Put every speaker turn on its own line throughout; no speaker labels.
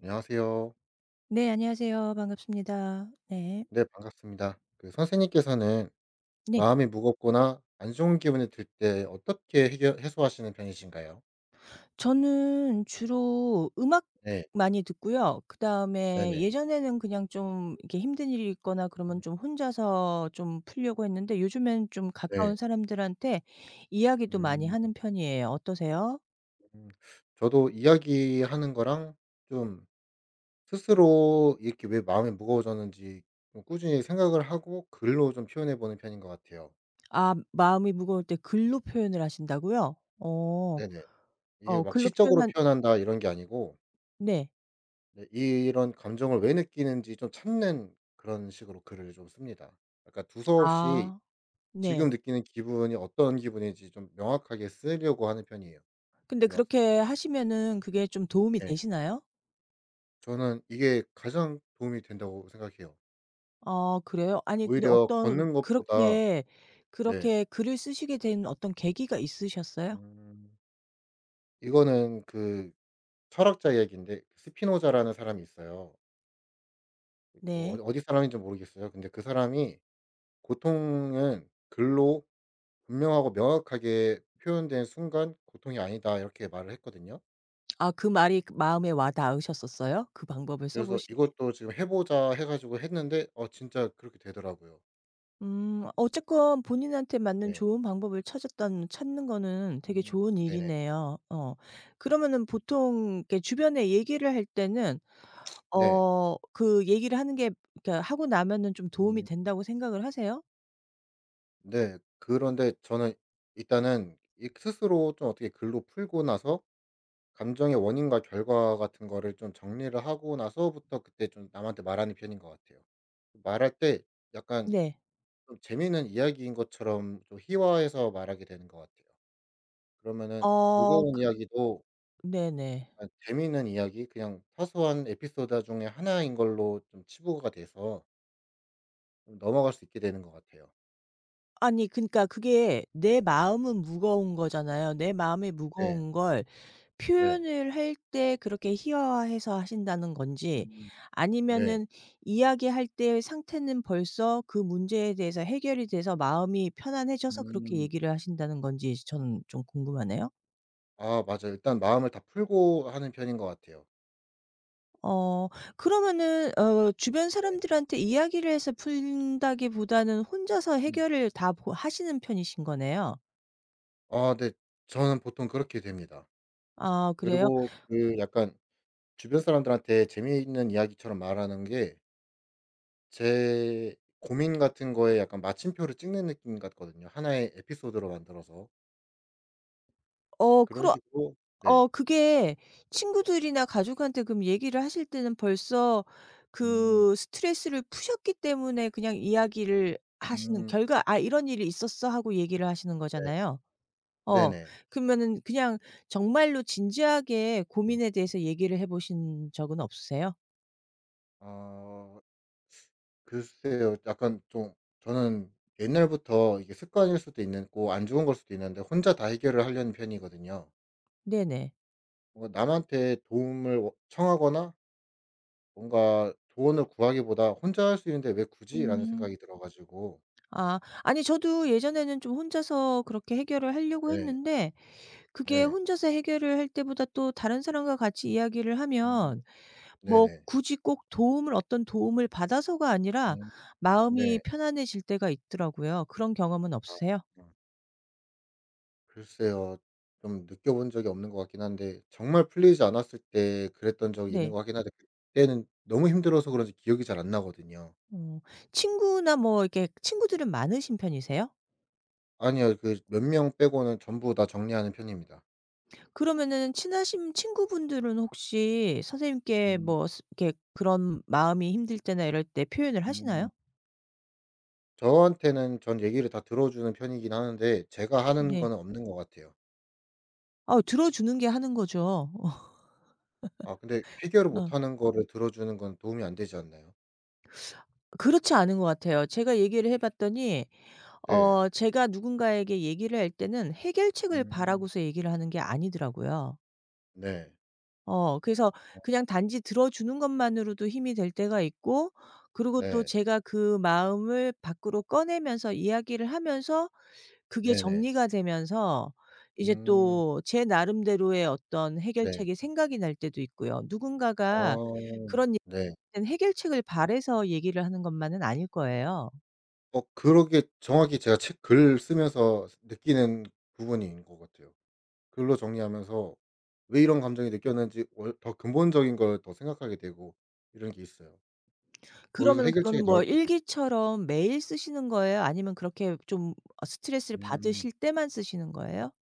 안녕하세요.
네, 안녕하세요. 반갑습니다. 네.
네, 반갑습니다. 그 선생님께서는
네.
마음이 무겁거나 안 좋은 기분이 들 때 어떻게 해결 해소하시는 편이신가요?
저는 주로 음악
네.
많이 듣고요. 그다음에
네네.
예전에는 그냥 좀 이렇게 힘든 일이 있거나 그러면
음.
좀 혼자서 좀 풀려고 했는데 요즘엔 좀
네.
가까운 사람들한테 이야기도 많이
음.
하는 편이에요. 어떠세요?
저도 이야기하는 거랑 좀 스스로 이렇게 왜 마음이 무거워졌는지 좀 꾸준히 생각을 하고 글로 좀 표현해 보는 편인 것 같아요.
아, 마음이 무거울 때 글로 표현을 하신다고요? 어.
네네. 이게
어
막
글로
시적으로
표현한.
표현한다 이런 게 아니고,
네.
네, 이런 감정을 왜 느끼는지 좀 찾는 그런 식으로 글을 좀 씁니다. 약간 두서없이
아, 네.
지금 느끼는 기분이 어떤 기분인지 좀 명확하게 쓰려고 하는 편이에요.
근데
이 막
그렇게 하시면은 그게 좀 도움이
예.
되시나요?
저는 이게 가장 도움이 된다고 생각해요.
아, 그래요? 아니 근데
오히려
어떤
걷는 것보다.
그렇게
네.
그렇게 글을 쓰시게 된 어떤 계기가 있으셨어요?
음. 이거는 그 철학자 이야기인데, 스피노자라는 사람이 있어요. 뭐
네.
어디 사람인지 모르겠어요. 근데 그 사람이 "고통은 글로 분명하고 명확하게 표현된 순간 고통이 아니다." 이렇게 말을 했거든요.
아, 그 말이 그 마음에 와 닿으셨었어요? 그 방법을 써
그래서
보시게?
이것도 지금 해 보자 해 가지고 했는데 진짜 그렇게 되더라고요.
어쨌건 본인한테 맞는
네.
좋은 방법을 찾았다는 찾는 거는 되게
음.
좋은
네네.
일이네요. 어. 그러면은 보통 이렇게 주변에 얘기를 할 때는
네.
어 그 얘기를 하는 게, 그러니까 하고 나면은 좀 도움이
음.
된다고 생각을 하세요?
네. 그런데 저는 일단은 이 스스로 좀 어떻게 글로 풀고 나서 감정의 원인과 결과 같은 거를 좀 정리를 하고 나서부터 그때 좀 남한테 말하는 편인 것 같아요. 말할 때 약간
네.
좀 재미있는 이야기인 것처럼 좀 희화해서 말하게 되는 것 같아요. 그러면은
어
무거운
그.
이야기도
네네.
약간 재미있는 이야기, 그냥 사소한 에피소드 중에 하나인 걸로 좀 치부가 돼서 좀 넘어갈 수 있게 되는 것 같아요.
아니 그니까 그게 내 마음은 무거운 거잖아요. 내 마음이
네.
무거운 걸
네.
표현을 할 때 그렇게 희화화해서 하신다는 건지,
음. 네.
아니면은 이야기할 때 상태는 벌써 그 문제에 대해서 해결이 돼서 마음이 편안해져서 그렇게
음.
얘기를 하신다는 건지 저는 좀 궁금하네요.
아 맞아요. 일단 마음을 다 풀고 하는 편인 것 같아요.
어 그러면은 어 주변
네.
사람들한테 이야기를 해서 푼다기보다는 혼자서
음.
해결을 다 보 하시는 편이신 거네요.
아, 네. 저는 보통 그렇게 됩니다.
아, 그래요?
그리고 그 약간 주변 사람들한테 재미있는 이야기처럼 말하는 게 제 고민 같은 거에 약간 마침표를 찍는 느낌 같거든요, 하나의 에피소드로 만들어서.
어
그런
그러.
식으로. 네.
어 그게 친구들이나 가족한테 그럼 얘기를 하실 때는 벌써
음.
그 스트레스를 푸셨기 때문에 그냥 이야기를 하시는
음.
결과 "아 이런 일이 있었어." 하고 얘기를 하시는
네.
거잖아요. 어.
네네.
그러면은 그냥 정말로 진지하게
음.
고민에 대해서 얘기를 해 보신 적은 없으세요?
어 글쎄요. 약간 좀 저는 옛날부터 이게 습관일 수도 있고 안 좋은 걸 수도 있는데 혼자 다 해결을 하려는 편이거든요.
네네.
뭔가 남한테 도움을 워 청하거나 뭔가 조언을 구하기보다 '혼자 할 수 있는데 왜 굳이?'라는
음.
생각이 들어 가지고.
아. 아니 저도 예전에는 좀 혼자서 그렇게 해결을 하려고
네.
했는데 그게
네.
혼자서 해결을 할 때보다 또 다른 사람과 같이 이야기를
음.
하면 뭐
네네.
굳이 꼭 도움을, 어떤 도움을 받아서가 아니라
음.
마음이
네.
편안해질 때가 있더라고요. 그런 경험은
아.
없으세요?
아. 글쎄요. 좀 느껴본 적이 없는 것 같긴 한데 정말 풀리지 않았을 때 그랬던 적이 있는
네.
것 같긴 한데 그때는 너무 힘들어서 그런지 기억이 잘 안 나거든요.
어. 친구나 뭐 이렇게 친구들은 많으신 편이세요?
아니요. 그 몇 명 빼고는 전부 다 정리하는 편입니다.
그러면은 친하신 친구분들은 혹시 선생님께
음.
뭐 스 이렇게 그런 마음이 힘들 때나 이럴 때 표현을 하시나요?
음. 저한테는 전 얘기를 다 들어주는 편이긴 하는데 제가 하는
네.
거는, 네, 없는 것 같아요.
아, 들어주는 게 하는 거죠. 어.
아 근데 해결을
어.
못하는 거를 들어주는 건 도움이 안 되지 않나요?
그렇지 않은 것 같아요. 제가 얘기를 해 봤더니
네.
어 제가 누군가에게 얘기를 할 때는 해결책을
음.
바라고서 얘기를 하는 게 아니더라고요.
네.
어 그래서 그냥 단지 들어주는 것만으로도 힘이 될 때가 있고, 그리고 또
네.
제가 그 마음을 밖으로 꺼내면서 이야기를 하면서 그게
네네.
정리가 되면서 이제
음.
또 제 나름대로의 어떤
네.
해결책이 생각이 날 때도 있고요. 누군가가
아.
그런
네.
얘기는 해결책을 바래서 얘기를 하는 것만은 아닐 거예요.
그러게 정확히 제가 책 글 쓰면서 느끼는 부분인 것 같아요. 글로 정리하면서 왜 이런 감정이 느꼈는지 월 더 근본적인 걸 더 생각하게 되고 이런 게 있어요. 거기서
그러면은 그거는
해결책이
뭐
나올 때도 있고.
일기처럼 매일 쓰시는 거예요? 아니면 그렇게 좀 어 스트레스를
음.
받으실 때만 쓰시는 거예요?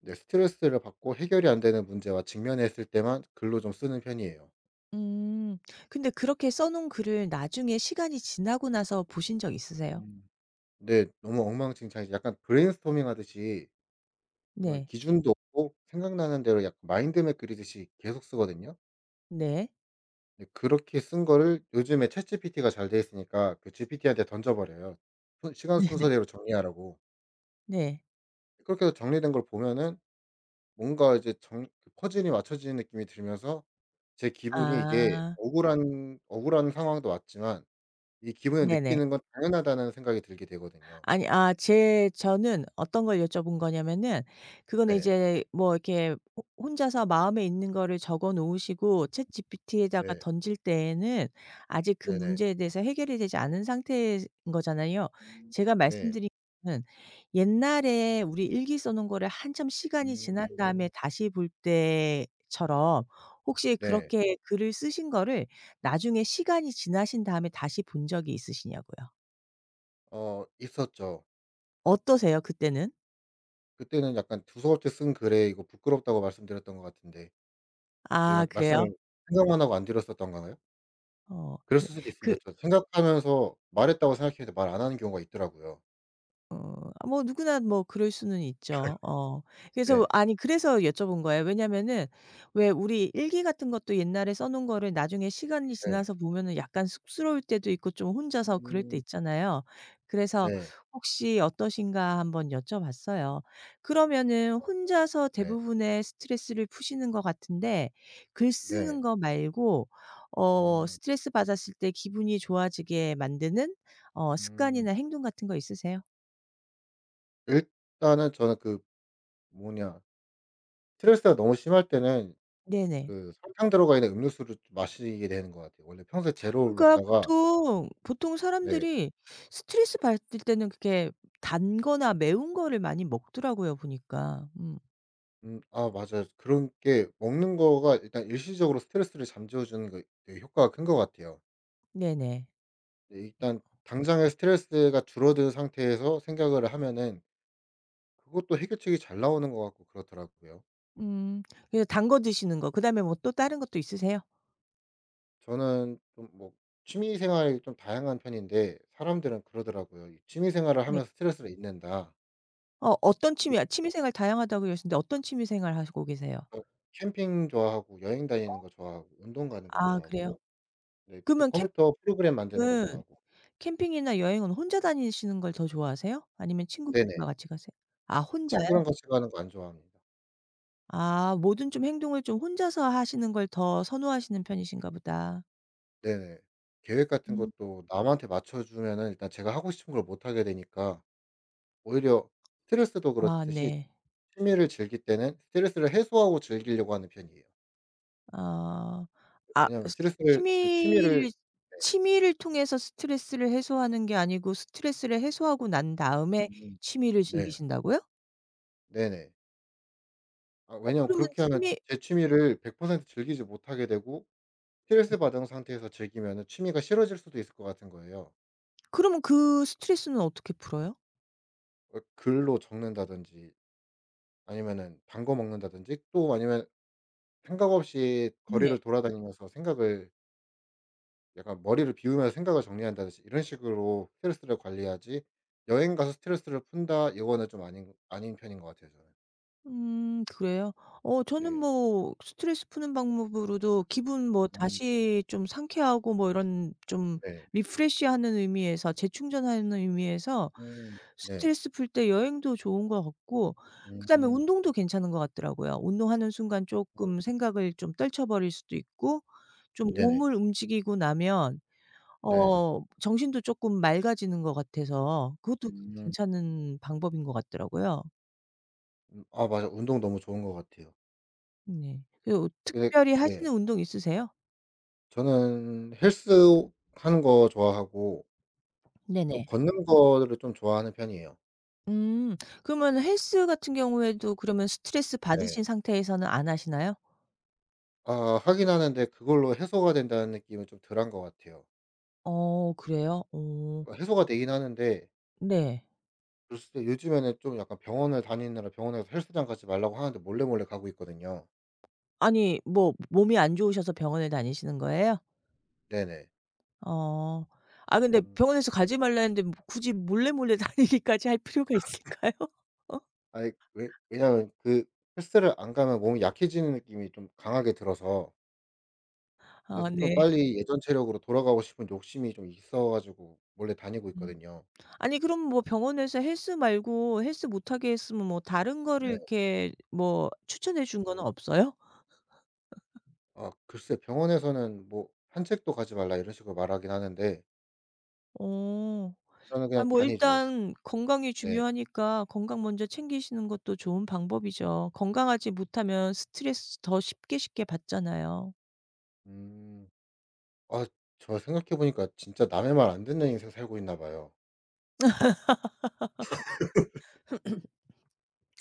네, 스트레스를 받고 해결이 안 되는 문제와 직면했을 때만 글로 좀 쓰는 편이에요.
음. 근데 그렇게 써 놓은 글을 나중에 시간이 지나고 나서 보신 적 있으세요?
음. 근데 너무 엉망진창이지. 약간 브레인스토밍 하듯이 정말
네.
기준도 없고 생각나는 대로 약간 마인드 맵 그리듯이 계속 쓰거든요.
네.
근데 그렇게 쓴 거를 요즘에 챗GPT가 잘 돼 있으니까 그 GPT한테 던져 버려요. 순 시간
네네.
순서대로 정리하라고.
네.
그렇게 해서 정리된 걸 보면은 뭔가 이제 정 그 퍼즐이 맞춰지는 느낌이 들면서 제 기분이 이게
아.
억울한 억울한 상황도 맞지만 이 기분을
네네.
느끼는 건 당연하다는 생각이 들게 되거든요.
아니 아 제, 저는 어떤 걸 여쭤본 거냐면은 그거는
네.
이제 뭐 이렇게 호 혼자서 마음에 있는 거를 적어 놓으시고 챗GPT에다가
네.
던질 때에는 아직 그
네네.
문제에 대해서 해결이 되지 않은 상태인 거잖아요. 제가
네.
말씀드린 거는 옛날에 우리 일기 써 놓은 거를 한참 시간이 지난
음.
다음에 다시 볼 때처럼 혹시
네.
그렇게 글을 쓰신 거를 나중에 시간이 지나신 다음에 다시 본 적이 있으시냐고요.
있었죠.
어떠세요 그때는?
그때는 약간 두서없이 쓴 글에 이거 부끄럽다고 말씀드렸던 것 같은데.
아,
제가
그래요?
말씀을 생각만 하고 안 드렸었던 건가요?
어, 네.
그랬을 수도
그
있습니다. 저 생각하면서 말했다고 생각해도 말 안 하는 경우가 있더라고요.
어 아, 뭐 누구나 뭐 그럴 수는 있죠. 어. 그래서 뭐
네.
아니, 그래서 여쭤본 거예요. 왜냐면은 왜 우리 일기 같은 것도 옛날에 써 놓은 거를 나중에 시간이
네.
지나서 보면은 약간 쑥스러울 때도 있고 좀 혼자서 그럴 때
음.
있잖아요. 그래서
네.
혹시 어떠신가 한번 여쭤봤어요. 그러면은 혼자서
네.
대부분의 스트레스를 푸시는 것 같은데 글 쓰는
네.
거 말고 어
음.
스트레스 받았을 때 기분이 좋아지게 만드는 어
음.
습관이나 행동 같은 거 있으세요?
일단은 저는 그 뭐냐 스트레스가 너무 심할 때는
네네.
그 설탕 들어가 있는 음료수를 좀 마시게 되는 것 같아요. 원래 평소에 제로를
그러니까
먹다가.
보통
네.
사람들이 스트레스 받을 때는 그렇게 단 거나 매운 거를 많이 먹더라고요 보니까. 음.
음. 아 맞아요. 그런 게 먹는 거가 일단 일시적으로 스트레스를 잠재워 주는 거 되게 효과가 큰 것 같아요.
네네.
네, 일단 당장의 스트레스가 줄어든 상태에서 생각을 하면은 그것도 해결책이 잘 나오는 것 같고 그렇더라고요.
음. 그래서 단거 드시는 거 그다음에 뭐 또 다른 것도 있으세요?
저는 좀 뭐 취미 생활이 좀 다양한 편인데 사람들은 그러더라고요. 이 "취미 생활을
네.
하면서 스트레스를 잊는다."
어 어떤 취미, 아, 취미생활 다양하다고 그러셨는데 어떤 취미생활 하시고 계세요?
그래서 캠핑 좋아하고 여행
어
다니는 거 좋아하고 운동 가는 거
아, 그래요?
좋아하고. 네, 또
그러면
컴퓨터 프로그램 만드는 거
캠핑은,
좋아하고.
캠핑이나 여행은 혼자 다니시는 걸 더 좋아하세요? 아니면
네네.
친구분들과 같이 가세요? 아, 혼자.
친구랑 같이 가는 거 안 좋아합니다.
아, 모든 좀 행동을 좀 혼자서 하시는 걸 더 선호하시는 편이신가 보다.
네네. 계획 같은
음.
것도 남한테 맞춰 주면은 일단 제가 하고 싶은 걸 못 하게 되니까. 오히려 스트레스도
아
그렇듯이
네.
취미를 즐길 때는 스트레스를 해소하고 즐기려고 하는 편이에요.
아. 아
왜냐하면
스
스트레스를 그 취미를,
취미를,
네.
취미를 통해서 스트레스를 해소하는 게 아니고 스트레스를 해소하고 난 다음에
음.
취미를
네.
즐기신다고요?
네네. 아
어
왜냐면
그러면
그렇게 하면
취미,
제 취미를 100% 즐기지 못하게 되고 스트레스 받은 상태에서 즐기면은 취미가 싫어질 수도 있을 것 같은 거예요.
그러면 그 스트레스는 어떻게 풀어요?
글로 적는다든지 아니면은 단거 먹는다든지 또 아니면 생각 없이
네.
거리를 돌아다니면서 생각을 약간 머리를 비우면서 생각을 정리한다든지 이런 식으로 스트레스를 관리하지 여행 가서 스트레스를 푼다 이거는 좀 아닌 편인 것 같아요 저는.
그래요? 어 저는
네.
뭐 스트레스 푸는 방법으로도 기분 뭐
음.
다시 좀 상쾌하고 뭐 이런 좀
네.
리프레시하는 의미에서, 재충전하는 의미에서
음. 네.
스트레스 풀 때 여행도 좋은 것 같고,
음.
그다음에
음.
운동도 괜찮은 것 같더라고요. 운동하는 순간 조금 생각을 좀 떨쳐버릴 수도 있고 좀
네네.
몸을 움직이고 나면
네.
어 정신도 조금 맑아지는 것 같아서 그것도
음.
괜찮은 방법인 것 같더라고요.
아 맞아. 운동 너무 좋은 것 같아요.
네. 그
근데.
특별히 하시는
네.
운동 있으세요?
저는 헬스하는 거 좋아하고 좀
네네.
걷는 거를 좀 좋아하는 편이에요.
음. 그러면 헬스 같은 경우에도 그러면 스트레스
네.
받으신 상태에서는 안 하시나요?
아 하긴 하는데 그걸로 해소가 된다는 느낌은 좀 덜한 것 같아요.
어 그래요? 어
그러니까 해소가 되긴 하는데
네.
글쎄 요즘에는 좀 약간 병원을 다니느라 병원에서 헬스장 가지 말라고 하는데 몰래 몰래 가고 있거든요.
아니 뭐 몸이 안 좋으셔서 병원에 다니시는 거예요?
네네.
어. 아 근데
음.
병원에서 가지 말라 했는데 뭐 굳이 몰래 몰래 다니기까지 할 필요가 있을까요? 어?
아이 왜 왜냐하면 그 헬스를 안 가면 몸이 약해지는 느낌이 좀 강하게 들어서
아
그래서 좀
네.
빨리 예전 체력으로 돌아가고 싶은 욕심이 좀 있어 가지고 몰래 다니고
음.
있거든요.
아니 그럼 뭐 병원에서 헬스 말고 헬스 못하게 했으면 뭐 다른 거를
네.
이렇게 뭐 추천해 준 거는
음.
없어요?
아 글쎄 병원에서는 뭐 "산책도 가지 말라." 이런 식으로 말하긴 하는데
어.
저는
아
그냥
뭐
다니죠.
일단 건강이
네.
중요하니까 건강 먼저 챙기시는 것도 좋은 방법이죠. 건강하지 못하면 스트레스 더 쉽게 쉽게 받잖아요.
음. 아 저 생각해 보니까 진짜 남의 말 안 듣는 인생 살고 있나 봐요.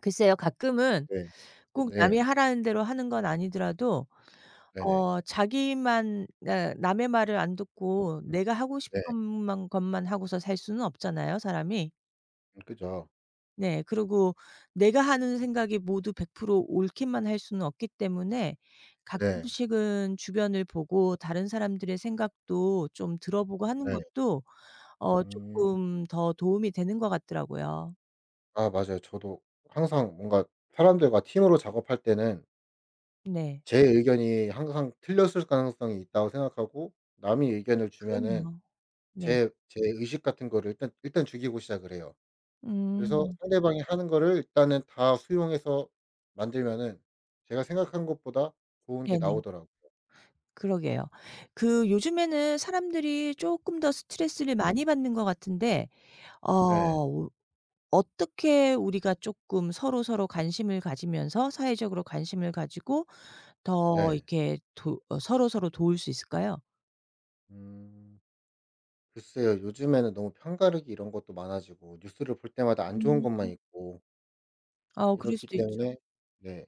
글쎄요. 가끔은
네.
꼭
네.
남이 하라는 대로 하는 건 아니더라도
네네.
어 자기만, 그러니까 남의 말을 안 듣고
음.
내가 하고 싶은
네.
것만 것만 하고서 살 수는 없잖아요, 사람이.
그죠.
네. 그리고 내가 하는 생각이 모두 100% 옳기만 할 수는 없기 때문에
네.
가끔씩은 주변을 보고 다른 사람들의 생각도 좀 들어보고 하는
네.
것도 어
음.
쪼끔 더 도움이 되는 것 같더라고요.
아 맞아요. 저도 항상 뭔가 사람들과 팀으로 작업할 때는
네.
제 의견이 항상 틀렸을 가능성이 있다고 생각하고 남이 의견을 주면은
그럼요. 네.
제 의식 같은 거를 일단 죽이고 시작을 해요. 그래서
음.
상대방이 하는 거를 일단은 다 수용해서 만들면은 제가 생각한 것보다 좋은 게
네네.
나오더라고요.
그러게요. 그 요즘에는 사람들이 쪼끔 더 스트레스를 많이
음.
받는 것 같은데
네.
어 어떻게 우리가 쪼끔 서로서로 관심을 가지면서 사회적으로 관심을 가지고 더
네.
이렇게 도 어 서로서로 도울 수 있을까요?
음. 글쎄요. 요즘에는 너무 편가르기 이런 것도 많아지고 뉴스를 볼 때마다 안 좋은 것만
음.
있고
어 그럴
이렇기
수도 있죠.
때문에, 네,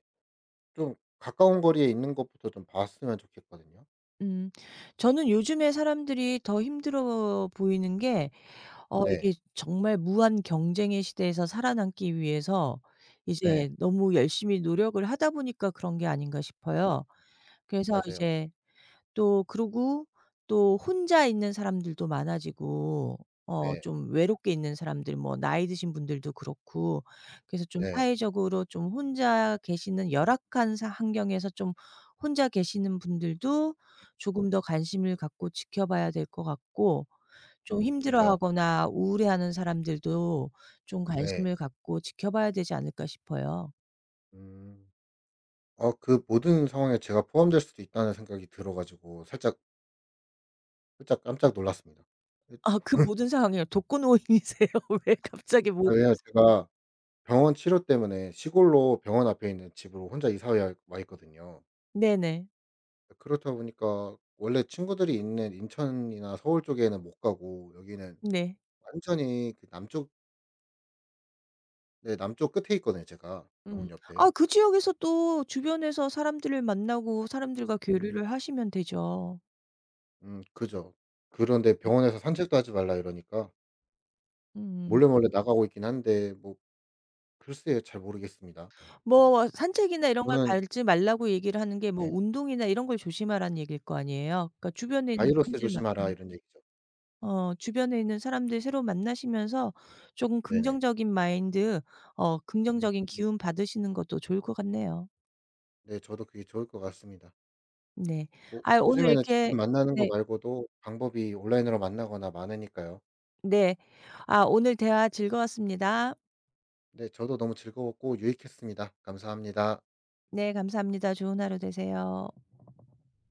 좀 가까운 거리에 있는 것부터 좀 봤으면 좋겠거든요.
음. 저는 요즘에 사람들이 더 힘들어 보이는 게 어
네.
이게 정말 무한 경쟁의 시대에서 살아남기 위해서 이제
네.
너무 열심히 노력을 하다 보니까 그런 게 아닌가 싶어요. 그래서
맞아요.
이제 또 그러고, 또 혼자 있는 사람들도 많아지고 어
네.
좀 외롭게 있는 사람들, 뭐 나이 드신 분들도 그렇고 그래서 좀
네.
사회적으로 좀 혼자 계시는 열악한 사 환경에서 좀 혼자 계시는 분들도 조금 더
음.
관심을 갖고 지켜봐야 될 것 같고, 좀
그죠.
힘들어하거나 우울해하는 사람들도 좀
네.
관심을 갖고 지켜봐야 되지 않을까 싶어요.
음. 어 그 모든 상황에 제가 포함될 수도 있다는 생각이 들어 가지고 살짝 살짝 깜짝 놀랐습니다. 그
아, 그 모든 상황이요. 독거노인이세요? 왜 갑자기 모든.
아 왜냐면 제가 병원 치료 때문에 시골로 병원 앞에 있는 집으로 혼자 이사 야 와 있거든요.
네네.
그렇다 보니까 원래 친구들이 있는 인천이나 서울 쪽에는 못 가고, 여기는
네.
완전히 그 남쪽, 네, 남쪽 끝에 있거든요 제가,
음.
병원
아
옆에.
그 지역에서 또 주변에서 사람들을 만나고 사람들과
음.
교류를 하시면 되죠.
그죠. 그런데 병원에서 "산책도 하지 말라." 이러니까
음.
몰래몰래 나가고 있긴 한데, 뭐 글쎄요, 잘 모르겠습니다. 뭐
뭐 산책이나 이런 걸
저는,
가지 말라고 얘기를 하는 게 뭐
네,
운동이나 이런 걸 조심하라는 얘기일 거 아니에요. 그러니까 주변에 있는
"바이러스
사람들 만,
조심하라." 이런 얘기죠.
어 주변에 있는 사람들 새로 만나시면서 조금
네네.
긍정적인 마인드, 어
음.
긍정적인
음.
기운 받으시는 것도 좋을 것 같네요.
네. 저도 그게 좋을 것 같습니다.
네.
뭐
아 오늘
요즘에는 직접
이렇게.
만나는 거
네
말고도 방법이 온라인으로 만나거나 많으니까요.
네. 아, 오늘 대화 즐거웠습니다.
네. 저도 너무 즐거웠고 유익했습니다. 감사합니다.
네, 감사합니다. 좋은 하루 되세요.